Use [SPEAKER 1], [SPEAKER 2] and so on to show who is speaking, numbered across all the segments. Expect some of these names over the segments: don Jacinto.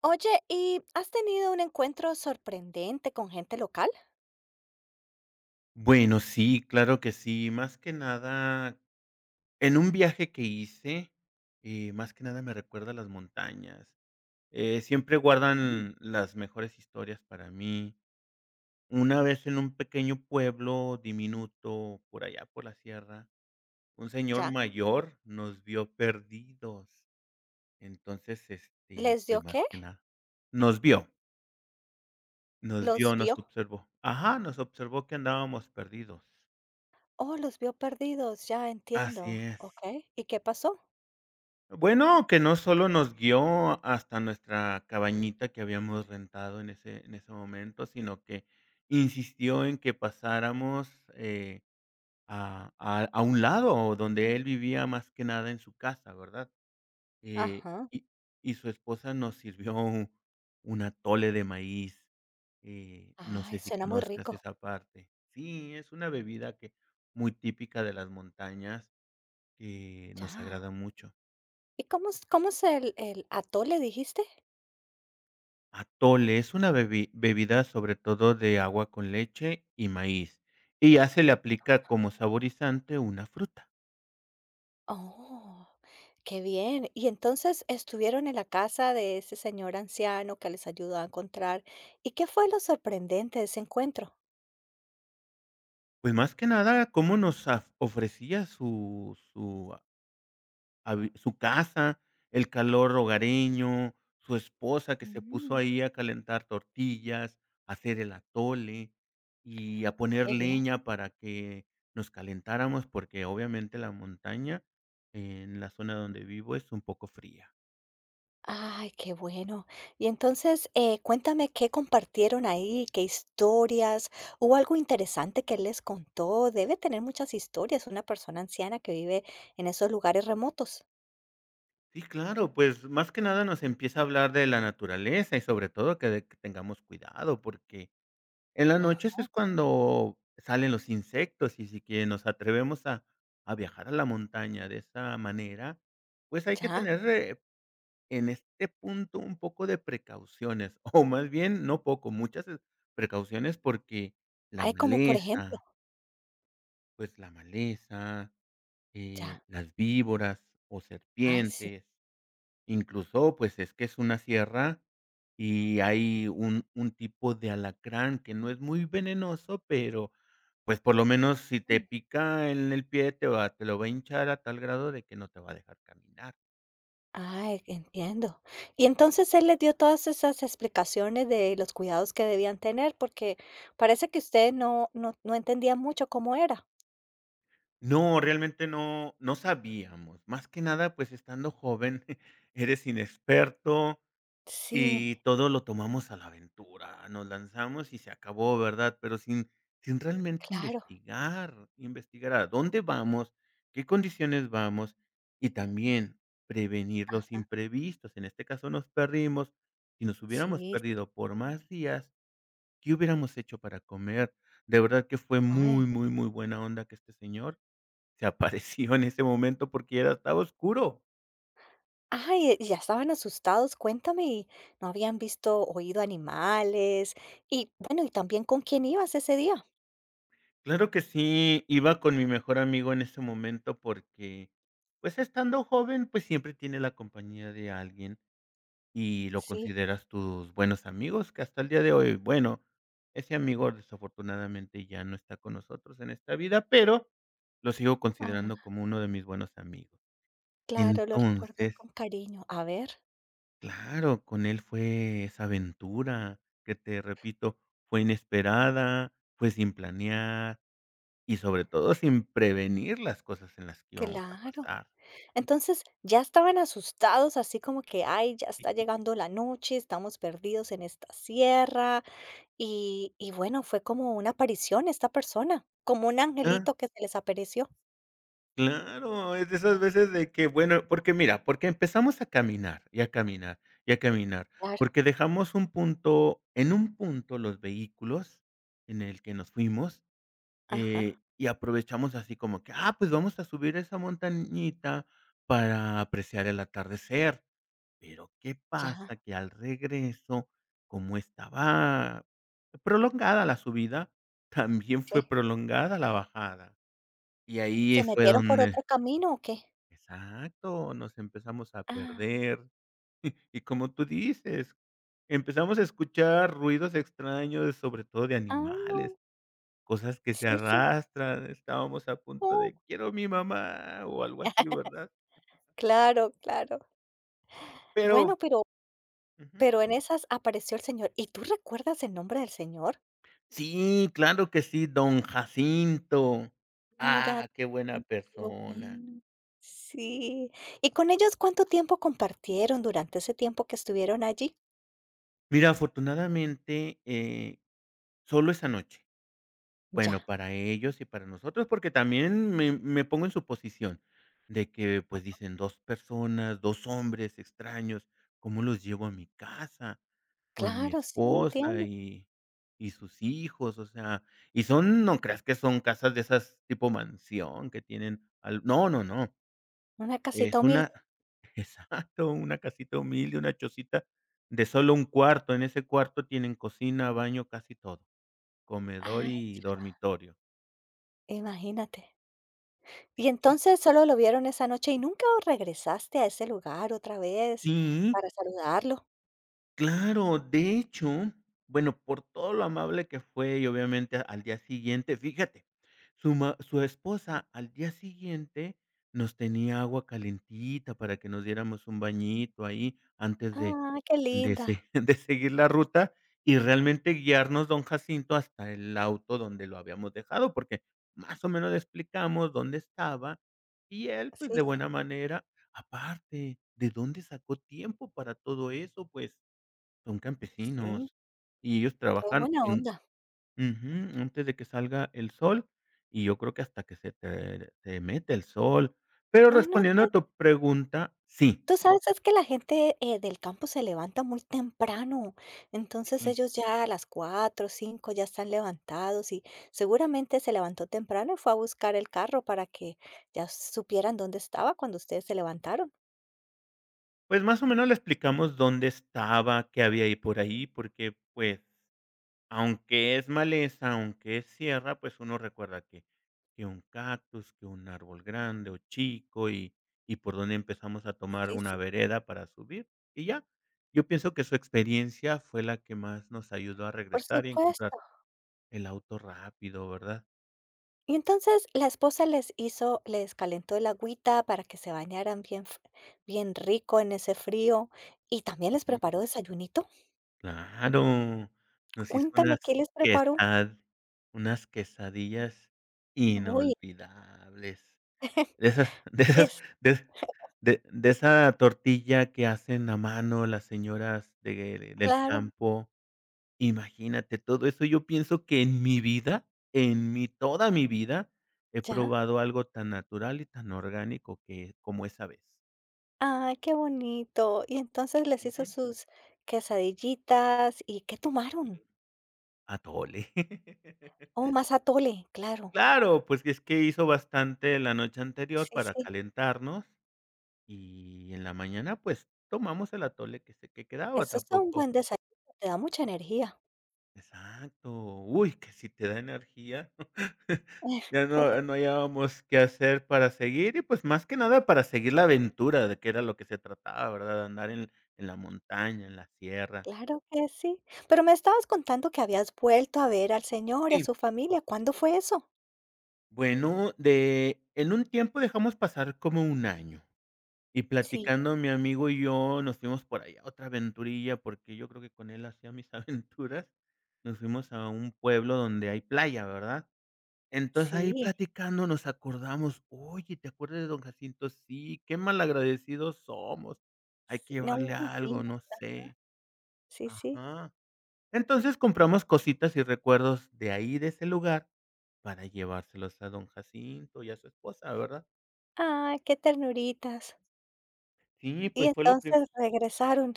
[SPEAKER 1] Oye, ¿y has tenido un encuentro sorprendente con gente local?
[SPEAKER 2] Bueno, sí, claro que sí. Más que nada, en un viaje que hice, más que nada me recuerda a las montañas. Siempre
[SPEAKER 1] Mm.
[SPEAKER 2] guardan las mejores historias para mí. Una vez en un pequeño pueblo diminuto por allá por la sierra, un señor
[SPEAKER 1] Ya.
[SPEAKER 2] mayor nos vio perdidos. Entonces,
[SPEAKER 1] ¿Les
[SPEAKER 2] pues
[SPEAKER 1] dio qué?
[SPEAKER 2] más que nada, nos vio, nos
[SPEAKER 1] ¿Los
[SPEAKER 2] vio, nos
[SPEAKER 1] vio?
[SPEAKER 2] observó. Ajá, nos observó que andábamos perdidos.
[SPEAKER 1] Oh, los vio perdidos, ya
[SPEAKER 2] Así
[SPEAKER 1] entiendo.
[SPEAKER 2] es.
[SPEAKER 1] Okey, ¿y qué pasó?
[SPEAKER 2] Bueno, que no solo nos guió hasta nuestra cabañita que habíamos rentado en ese momento, sino que insistió en que pasáramos, eh, a un lado donde él vivía más que nada en su casa, ¿verdad? Eh,
[SPEAKER 1] Ajá.
[SPEAKER 2] y y su esposa nos sirvió un atole de maíz, no
[SPEAKER 1] Ay,
[SPEAKER 2] sé si
[SPEAKER 1] suena muy
[SPEAKER 2] conozcas
[SPEAKER 1] rico.
[SPEAKER 2] esa parte. Sí, es una bebida que muy típica de las montañas que nos
[SPEAKER 1] Ya.
[SPEAKER 2] agrada mucho.
[SPEAKER 1] ¿Y cómo es el atole, dijiste?
[SPEAKER 2] Atole es una bebida sobre todo de agua con leche y maíz, y ya se le aplica como saborizante una fruta.
[SPEAKER 1] Oh, qué bien. Y entonces estuvieron en la casa de ese señor anciano que les ayudó a encontrar. ¿Y qué fue lo sorprendente de ese encuentro?
[SPEAKER 2] Pues más que nada, cómo nos ofrecía su casa, el calor hogareño, su esposa que se puso
[SPEAKER 1] Mm.
[SPEAKER 2] ahí a calentar tortillas, a hacer el atole y a poner
[SPEAKER 1] Qué bien.
[SPEAKER 2] leña para que nos calentáramos, porque obviamente la montaña en la zona donde vivo es un poco fría.
[SPEAKER 1] Ay, qué bueno. Y entonces, cuéntame qué compartieron ahí, qué historias, hubo algo interesante que él les contó. Debe tener muchas historias una persona anciana que vive en esos lugares remotos.
[SPEAKER 2] Sí, claro, pues más que nada nos empieza a hablar de la naturaleza y sobre todo que, que tengamos cuidado, porque en las
[SPEAKER 1] Ah,
[SPEAKER 2] noches es cuando salen los insectos y si que nos atrevemos a viajar a la montaña de esa manera, pues hay que
[SPEAKER 1] ya.
[SPEAKER 2] tener en este punto un poco de precauciones, o más bien no poco, muchas precauciones porque la
[SPEAKER 1] Ay, como por ejemplo,
[SPEAKER 2] maleza, pues la maleza,
[SPEAKER 1] ya.
[SPEAKER 2] las víboras o
[SPEAKER 1] Ay, sí.
[SPEAKER 2] serpientes. Incluso, pues, es que es una sierra y hay un tipo de alacrán que no es muy venenoso, pero, pues, por lo menos si te pica en el pie, te lo va a hinchar a tal grado de que no te va a dejar caminar.
[SPEAKER 1] Ah, entiendo. Y entonces él les dio todas esas explicaciones de los cuidados que debían tener, porque parece que usted no, no, no entendía mucho cómo era.
[SPEAKER 2] No, realmente no sabíamos. Más que nada, pues, estando joven, eres inexperto.
[SPEAKER 1] Sí,
[SPEAKER 2] Y todo lo tomamos a la aventura, nos lanzamos y se acabó, ¿verdad? Pero sin realmente
[SPEAKER 1] claro.
[SPEAKER 2] investigar, investigar a dónde vamos, qué condiciones vamos y también prevenir los
[SPEAKER 1] Ah,
[SPEAKER 2] imprevistos. En este caso nos perdimos, si nos hubiéramos
[SPEAKER 1] sí, sí.
[SPEAKER 2] perdido por más días, ¿qué hubiéramos hecho para comer? De verdad que fue
[SPEAKER 1] Ay.
[SPEAKER 2] muy, muy, muy buena onda que este señor se apareció en ese momento porque ya estaba oscuro.
[SPEAKER 1] Ay, ya estaban asustados, cuéntame, y no habían visto, oído animales, y bueno, y también con quién ibas ese día.
[SPEAKER 2] Claro que sí, iba con mi mejor amigo en ese momento porque, pues, estando joven, pues, siempre tiene la compañía de alguien y lo
[SPEAKER 1] Sí,
[SPEAKER 2] consideras tus buenos amigos, que hasta el día de hoy, bueno, ese amigo desafortunadamente ya no está con nosotros en esta vida, pero lo sigo
[SPEAKER 1] ah,
[SPEAKER 2] considerando como uno de mis buenos amigos.
[SPEAKER 1] claro, lo recuerdas
[SPEAKER 2] Entonces,
[SPEAKER 1] con cariño. A ver,
[SPEAKER 2] claro, con él fue esa aventura que te repito, fue inesperada, fue sin planear, y sobre todo sin prevenir las cosas en las que íbamos a
[SPEAKER 1] claro.
[SPEAKER 2] pasar.
[SPEAKER 1] Entonces, ya estaban asustados, así como que, ay, ya está llegando la noche, estamos perdidos en esta sierra. Y bueno, fue como una aparición esta persona, como un
[SPEAKER 2] Cla
[SPEAKER 1] angelito que se les apareció.
[SPEAKER 2] claro, es de esas veces de que, bueno, porque mira, porque empezamos a caminar, y a caminar, y a caminar,
[SPEAKER 1] Claro.
[SPEAKER 2] porque dejamos un punto en un punto los vehículos en el que nos fuimos,
[SPEAKER 1] Ajá,
[SPEAKER 2] y aprovechamos así como que: "Ah, pues vamos a subir esa montañita para apreciar el atardecer". Pero, ¿qué pasa?
[SPEAKER 1] ya,
[SPEAKER 2] Que al regreso, como estaba prolongada la subida, también fue
[SPEAKER 1] sí.
[SPEAKER 2] prolongada la bajada. Y ahí
[SPEAKER 1] ¿Se
[SPEAKER 2] fue
[SPEAKER 1] metieron por
[SPEAKER 2] donde.
[SPEAKER 1] otro camino o qué?
[SPEAKER 2] Exacto, nos empezamos a
[SPEAKER 1] Ah,
[SPEAKER 2] perder. Y como tú dices, empezamos a escuchar ruidos extraños, sobre todo de
[SPEAKER 1] ay,
[SPEAKER 2] animales,
[SPEAKER 1] no.
[SPEAKER 2] cosas que se
[SPEAKER 1] Sí, sí.
[SPEAKER 2] arrastran. Estábamos a punto
[SPEAKER 1] Oh,
[SPEAKER 2] de: "Quiero mi mamá", o algo así, ¿verdad?
[SPEAKER 1] claro, claro. Bueno,
[SPEAKER 2] Pero ujú.
[SPEAKER 1] pero en esas apareció el Señor. ¿Y tú recuerdas el nombre del Señor?
[SPEAKER 2] Sí, claro que sí, don Jacinto.
[SPEAKER 1] Mira,
[SPEAKER 2] Ah, qué buena
[SPEAKER 1] siento que yo,
[SPEAKER 2] persona.
[SPEAKER 1] bueno. Sí. ¿Y con ellos cuánto tiempo compartieron durante ese tiempo que estuvieron allí?
[SPEAKER 2] Mira, afortunadamente, solo esa noche.
[SPEAKER 1] Ya.
[SPEAKER 2] Bueno, para ellos y para nosotros, porque también me pongo en su posición de que, pues,
[SPEAKER 1] Ah,
[SPEAKER 2] dicen: 2 personas, 2 hombres extraños, ¿cómo los llevo a mi casa con mi
[SPEAKER 1] claro, sí,
[SPEAKER 2] esposa
[SPEAKER 1] entiendo.
[SPEAKER 2] y sus hijos?". O sea, y son no creas que son casas de esas tipo mansión que tienen al no, no, no,
[SPEAKER 1] Una casita
[SPEAKER 2] es
[SPEAKER 1] humilde.
[SPEAKER 2] una. Exacto, una casita humilde, una chocita de solo un cuarto. En ese cuarto tienen cocina, baño, casi todo, comedor
[SPEAKER 1] Ay,
[SPEAKER 2] y dormitorio.
[SPEAKER 1] imagínate. Y
[SPEAKER 2] Sí.
[SPEAKER 1] entonces solo lo vieron esa noche y nunca regresaste a ese lugar otra vez
[SPEAKER 2] Sí,
[SPEAKER 1] para saludarlo.
[SPEAKER 2] claro. De hecho, bueno, por todo lo amable que fue y obviamente al día siguiente, fíjate, su esposa al día siguiente nos tenía agua calentita para que nos diéramos un bañito ahí antes
[SPEAKER 1] Ah, qué
[SPEAKER 2] de
[SPEAKER 1] linda.
[SPEAKER 2] se de seguir la ruta y realmente guiarnos don Jacinto hasta el auto donde lo habíamos dejado, porque más o menos le explicamos dónde estaba y él, pues,
[SPEAKER 1] Sí,
[SPEAKER 2] de
[SPEAKER 1] sí.
[SPEAKER 2] buena manera aparte, ¿de dónde sacó tiempo para todo eso? Pues, son
[SPEAKER 1] Sí,
[SPEAKER 2] campesinos y ellos
[SPEAKER 1] qué
[SPEAKER 2] trabajan
[SPEAKER 1] buena
[SPEAKER 2] en.
[SPEAKER 1] onda.
[SPEAKER 2] Ujú, antes de que salga el sol, y yo creo que hasta que se mete el sol. Pero
[SPEAKER 1] Bueno,
[SPEAKER 2] respondiendo a tu pregunta, sí,
[SPEAKER 1] tú sabes, es que la gente, del campo se levanta muy temprano, entonces
[SPEAKER 2] sí.
[SPEAKER 1] ellos ya a las 4, 5 ya están levantados y seguramente se levantó temprano y fue a buscar el carro para que ya supieran dónde estaba cuando ustedes se levantaron.
[SPEAKER 2] Pues, más o menos le explicamos dónde estaba, qué había ahí por ahí, porque, pues, aunque es maleza, aunque es sierra, pues, uno recuerda que un cactus, que un árbol grande o chico, y por dónde empezamos a tomar
[SPEAKER 1] Sí,
[SPEAKER 2] una
[SPEAKER 1] sí,
[SPEAKER 2] vereda para subir, y ya. Yo pienso que su experiencia fue la que más nos ayudó a
[SPEAKER 1] por
[SPEAKER 2] regresar y
[SPEAKER 1] supuesto.
[SPEAKER 2] encontrar el auto rápido, ¿verdad?
[SPEAKER 1] Y entonces la esposa les hizo les calentó el agüita para que se bañaran bien rico en ese frío y también les preparó desayunito.
[SPEAKER 2] Claro, nos hizo
[SPEAKER 1] Cuéntame, ¿qué les preparó?
[SPEAKER 2] unas quesadillas
[SPEAKER 1] Uy,
[SPEAKER 2] inolvidables. De esas
[SPEAKER 1] es
[SPEAKER 2] de de esa tortilla que hacen a mano las señoras de del
[SPEAKER 1] claro,
[SPEAKER 2] campo. Imagínate, todo eso yo pienso que en mi vida, en mi toda mi vida, he
[SPEAKER 1] ya.
[SPEAKER 2] probado algo tan natural y tan orgánico que como esa vez.
[SPEAKER 1] Ah, qué bonito. Y entonces les
[SPEAKER 2] Ujú.
[SPEAKER 1] hizo sus quesadillitas, ¿y qué
[SPEAKER 2] Sí,
[SPEAKER 1] tomaron?
[SPEAKER 2] atole.
[SPEAKER 1] Oh, más atole, claro.
[SPEAKER 2] Claro, pues es que hizo bastante la noche anterior
[SPEAKER 1] Sí,
[SPEAKER 2] para
[SPEAKER 1] sí.
[SPEAKER 2] calentarnos y en la mañana, pues, tomamos el atole que quedaba,
[SPEAKER 1] Eso es un
[SPEAKER 2] tampoco.
[SPEAKER 1] buen desayuno, te da mucha energía.
[SPEAKER 2] Exacto. Uy, que si te da energía.
[SPEAKER 1] Eh,
[SPEAKER 2] Ya no hallábamos qué hacer para seguir y, pues, más que nada para seguir la aventura de que era lo que se trataba, ¿verdad? Andar en la montaña, en la sierra.
[SPEAKER 1] claro que sí. Pero me estabas contando que habías vuelto a ver al señor y a
[SPEAKER 2] Sí,
[SPEAKER 1] su familia, ¿cuándo fue eso?
[SPEAKER 2] bueno, de en un tiempo dejamos pasar como un año. Y
[SPEAKER 1] Sí,
[SPEAKER 2] platicando mi amigo y yo, nos fuimos por allá a otra aventurilla, porque yo creo que con él hacía mis aventuras. Nos fuimos a un pueblo donde hay playa, ¿verdad? Entonces, ahí
[SPEAKER 1] sí,
[SPEAKER 2] platicando nos acordamos: "Oye, ¿te acuerdas de don Jacinto? Sí, qué malagradecidos somos. Hay
[SPEAKER 1] sí,
[SPEAKER 2] que
[SPEAKER 1] no,
[SPEAKER 2] llevarle
[SPEAKER 1] muy bien,
[SPEAKER 2] algo,
[SPEAKER 1] o
[SPEAKER 2] no
[SPEAKER 1] sea,
[SPEAKER 2] sé".
[SPEAKER 1] sí, sí.
[SPEAKER 2] Ajá. Entonces, compramos cositas y recuerdos de ahí, de ese lugar, para llevárselos a don Jacinto y a su esposa, ¿verdad?
[SPEAKER 1] Ah, qué ternuritas.
[SPEAKER 2] Sí,
[SPEAKER 1] Y
[SPEAKER 2] pues, fue lo prim
[SPEAKER 1] entonces regresaron,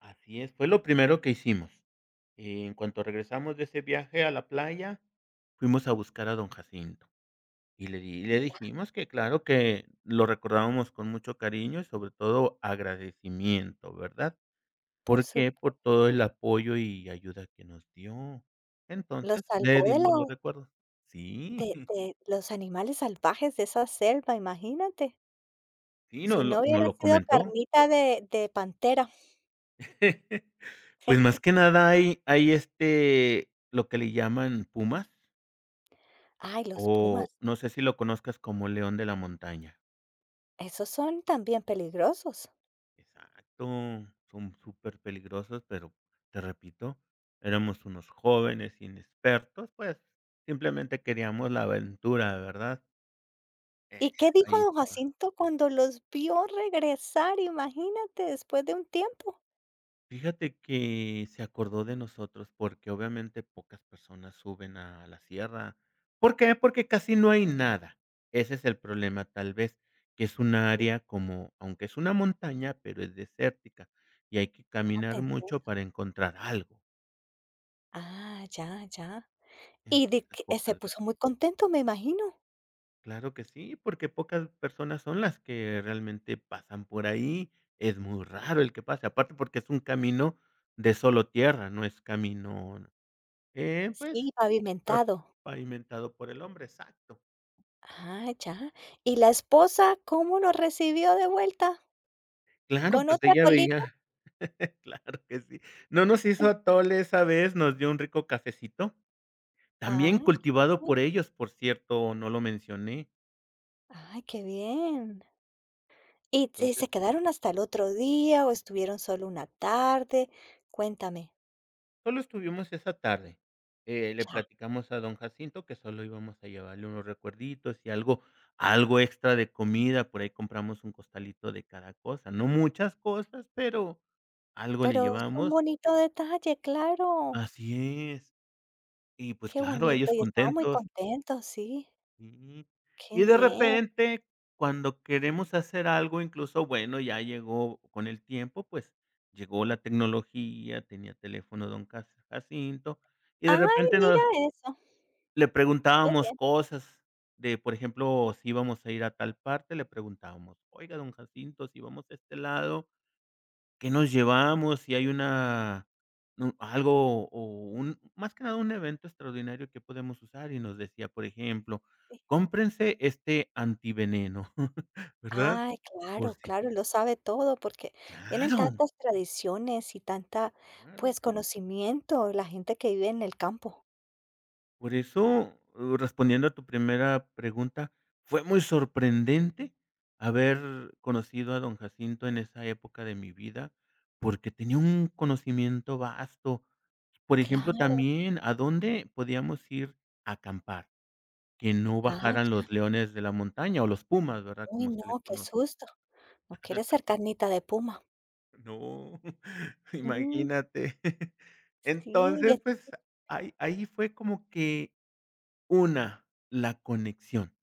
[SPEAKER 2] así es, fue lo primero que hicimos. Y en cuanto regresamos de ese viaje a la playa, fuimos a buscar a don Jacinto y le dijimos que claro que lo recordábamos con mucho cariño y sobre todo agradecimiento, ¿verdad?
[SPEAKER 1] por su.
[SPEAKER 2] Por todo el apoyo y ayuda que nos dio.
[SPEAKER 1] Los
[SPEAKER 2] Entonces, le
[SPEAKER 1] salvó de la
[SPEAKER 2] dimos los recuerdos. Sí,
[SPEAKER 1] De de los animales salvajes de esa selva, imagínate.
[SPEAKER 2] sí,
[SPEAKER 1] Si
[SPEAKER 2] nos lo
[SPEAKER 1] no
[SPEAKER 2] nos
[SPEAKER 1] hubiera
[SPEAKER 2] lo
[SPEAKER 1] sido
[SPEAKER 2] comentó.
[SPEAKER 1] carnita de pantera.
[SPEAKER 2] Pues, más que nada hay lo que le llaman pumas,
[SPEAKER 1] Ay, los pumas,
[SPEAKER 2] o no sé si lo conozcas como león de la montaña.
[SPEAKER 1] esos son también peligrosos.
[SPEAKER 2] Exacto, son superpeligrosos, pero te repito, éramos unos jóvenes inexpertos, pues, simplemente queríamos la aventura, ¿verdad? Eh.
[SPEAKER 1] ¿Y qué dijo
[SPEAKER 2] Ahí
[SPEAKER 1] don
[SPEAKER 2] estaba.
[SPEAKER 1] Jacinto cuando los vio regresar? Imagínate, después de un tiempo.
[SPEAKER 2] Fíjate que se acordó de nosotros, porque obviamente pocas personas suben a la sierra. ¿Por qué? Porque casi no hay nada. Ese es el problema, tal vez, que es un
[SPEAKER 1] Sí,
[SPEAKER 2] área como aunque es una montaña, pero es desértica, y hay que
[SPEAKER 1] ah, te
[SPEAKER 2] caminar
[SPEAKER 1] entiendo.
[SPEAKER 2] mucho para encontrar algo.
[SPEAKER 1] Ah, ya, ya. Y de
[SPEAKER 2] Entonces,
[SPEAKER 1] que se
[SPEAKER 2] pocas.
[SPEAKER 1] puso muy contento, me imagino.
[SPEAKER 2] Claro que sí, porque pocas personas son las que realmente pasan por ahí. Es muy raro el que pase, aparte porque es un camino de solo tierra, no es camino, pues,
[SPEAKER 1] Sí,
[SPEAKER 2] tra-
[SPEAKER 1] pavimentado.
[SPEAKER 2] pavimentado por el hombre, exacto.
[SPEAKER 1] Ah, ya. ¿Y la esposa cómo lo recibió de vuelta?
[SPEAKER 2] Claro,
[SPEAKER 1] ¿Con
[SPEAKER 2] pues
[SPEAKER 1] otra
[SPEAKER 2] ella
[SPEAKER 1] atolita?
[SPEAKER 2] veía, claro que sí. No nos hizo atole esa vez, nos dio un rico cafecito, también
[SPEAKER 1] Ah, qué
[SPEAKER 2] cultivado
[SPEAKER 1] bien.
[SPEAKER 2] por ellos, por cierto, no lo mencioné.
[SPEAKER 1] Ay, qué bien. Y
[SPEAKER 2] Entonces.
[SPEAKER 1] se quedaron hasta el otro día o estuvieron solo una tarde? Cuéntame.
[SPEAKER 2] Solo estuvimos esa tarde. Le
[SPEAKER 1] Ya.
[SPEAKER 2] platicamos a don Jacinto que solo íbamos a llevarle unos recuerditos y algo extra de comida, por ahí compramos un costalito de cada cosa, no muchas cosas, pero algo le
[SPEAKER 1] Pero es un
[SPEAKER 2] llevamos.
[SPEAKER 1] bonito detalle, claro.
[SPEAKER 2] Así es. Y, pues,
[SPEAKER 1] Qué
[SPEAKER 2] claro,
[SPEAKER 1] bonito.
[SPEAKER 2] ellos
[SPEAKER 1] Y estaban muy
[SPEAKER 2] contentos.
[SPEAKER 1] contentos, sí.
[SPEAKER 2] Sí.
[SPEAKER 1] Qué
[SPEAKER 2] Y de
[SPEAKER 1] bien.
[SPEAKER 2] repente, cuando queremos hacer algo, incluso, bueno, ya llegó con el tiempo, pues, llegó la tecnología, tenía teléfono don Cas Jacinto, y de
[SPEAKER 1] Ay,
[SPEAKER 2] repente
[SPEAKER 1] mira
[SPEAKER 2] nos
[SPEAKER 1] eso.
[SPEAKER 2] Le
[SPEAKER 1] Qué
[SPEAKER 2] preguntábamos
[SPEAKER 1] bien,
[SPEAKER 2] cosas de, por ejemplo, si íbamos a ir a tal parte, le preguntábamos: "Oiga, don Jacinto, si vamos a este lado, ¿qué nos llevamos? Si hay una un algo o un más que nada un evento extraordinario que podemos usar", y nos decía, por ejemplo:
[SPEAKER 1] sí.
[SPEAKER 2] "Cómprense este antiveneno", ¿verdad?
[SPEAKER 1] Ay,
[SPEAKER 2] Por
[SPEAKER 1] claro,
[SPEAKER 2] si.
[SPEAKER 1] claro, lo sabe todo porque tienen
[SPEAKER 2] Claro,
[SPEAKER 1] tantas tradiciones y tanta,
[SPEAKER 2] claro.
[SPEAKER 1] pues, conocimiento la gente que vive en el campo.
[SPEAKER 2] Por eso, respondiendo a tu primera pregunta, fue muy sorprendente haber conocido a don Jacinto en esa época de mi vida, porque tenía un conocimiento vasto. Por ejemplo,
[SPEAKER 1] Claro.
[SPEAKER 2] también a dónde podíamos ir a acampar, que no
[SPEAKER 1] Ah,
[SPEAKER 2] bajaran
[SPEAKER 1] ya.
[SPEAKER 2] los leones de la montaña o los pumas, ¿verdad?
[SPEAKER 1] Uy,
[SPEAKER 2] Como
[SPEAKER 1] no,
[SPEAKER 2] se le
[SPEAKER 1] qué
[SPEAKER 2] conoce.
[SPEAKER 1] susto. No quiere ser carnita de puma.
[SPEAKER 2] No,
[SPEAKER 1] Mm,
[SPEAKER 2] imagínate.
[SPEAKER 1] sí, y
[SPEAKER 2] Entonces, pues
[SPEAKER 1] entonces
[SPEAKER 2] ahí fue como que la conexión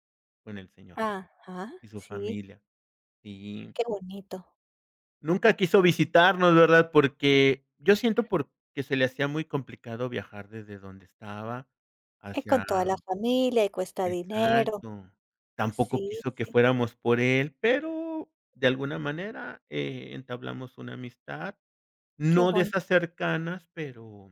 [SPEAKER 2] con el Señor.
[SPEAKER 1] ajá,
[SPEAKER 2] Y su
[SPEAKER 1] sí,
[SPEAKER 2] familia, sí.
[SPEAKER 1] qué bonito.
[SPEAKER 2] Nunca quiso visitarnos, ¿verdad? Porque yo siento porque se le hacía muy complicado viajar desde donde estaba
[SPEAKER 1] Es con
[SPEAKER 2] hacia.
[SPEAKER 1] toda la familia y cuesta dinero.
[SPEAKER 2] Exacto. Tampoco
[SPEAKER 1] Sí,
[SPEAKER 2] quiso que
[SPEAKER 1] sí,
[SPEAKER 2] fuéramos por él, pero de alguna manera, entablamos una amistad,
[SPEAKER 1] qué
[SPEAKER 2] no de
[SPEAKER 1] bonito.
[SPEAKER 2] esas cercanas, pero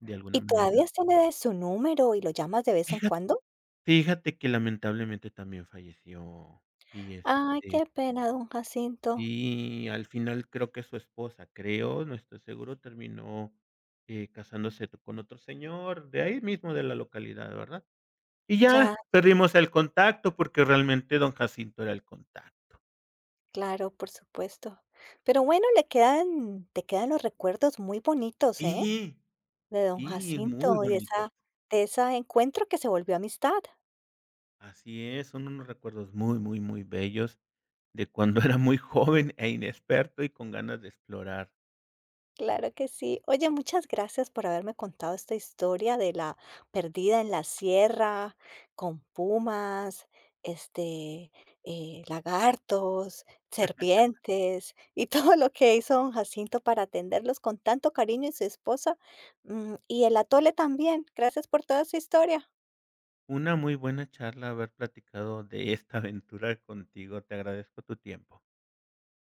[SPEAKER 2] de alguna
[SPEAKER 1] ¿Y
[SPEAKER 2] manera.
[SPEAKER 1] todavía tiene le su número y lo llamas de vez en
[SPEAKER 2] Fija
[SPEAKER 1] cuando?
[SPEAKER 2] Fíjate que lamentablemente también falleció y,
[SPEAKER 1] Ay,
[SPEAKER 2] este
[SPEAKER 1] qué pena, don Jacinto.
[SPEAKER 2] Y al final creo que su esposa, creo, no estoy seguro, terminó, casándose con otro señor de ahí mismo de la localidad, ¿verdad? Y ya
[SPEAKER 1] Ya,
[SPEAKER 2] perdimos el contacto porque realmente don Jacinto era el contacto.
[SPEAKER 1] claro, por supuesto. Pero bueno, le quedan te quedan los recuerdos muy bonitos, ¿eh?
[SPEAKER 2] Y,
[SPEAKER 1] De don
[SPEAKER 2] y muy
[SPEAKER 1] Jacinto, y de
[SPEAKER 2] bonito.
[SPEAKER 1] esa encuentro que se volvió amistad.
[SPEAKER 2] Así es, son unos recuerdos muy, muy, muy bellos de cuando era muy joven e inexperto y con ganas de explorar.
[SPEAKER 1] Claro que sí. Oye, muchas gracias por haberme contado esta historia de la perdida en la sierra, con pumas, este, lagartos, serpientes y todo lo que hizo don Jacinto para atenderlos con tanto cariño y su esposa, mm, y el atole también. Gracias por toda su historia.
[SPEAKER 2] Una muy buena charla haber platicado de esta aventura contigo. Te agradezco tu tiempo.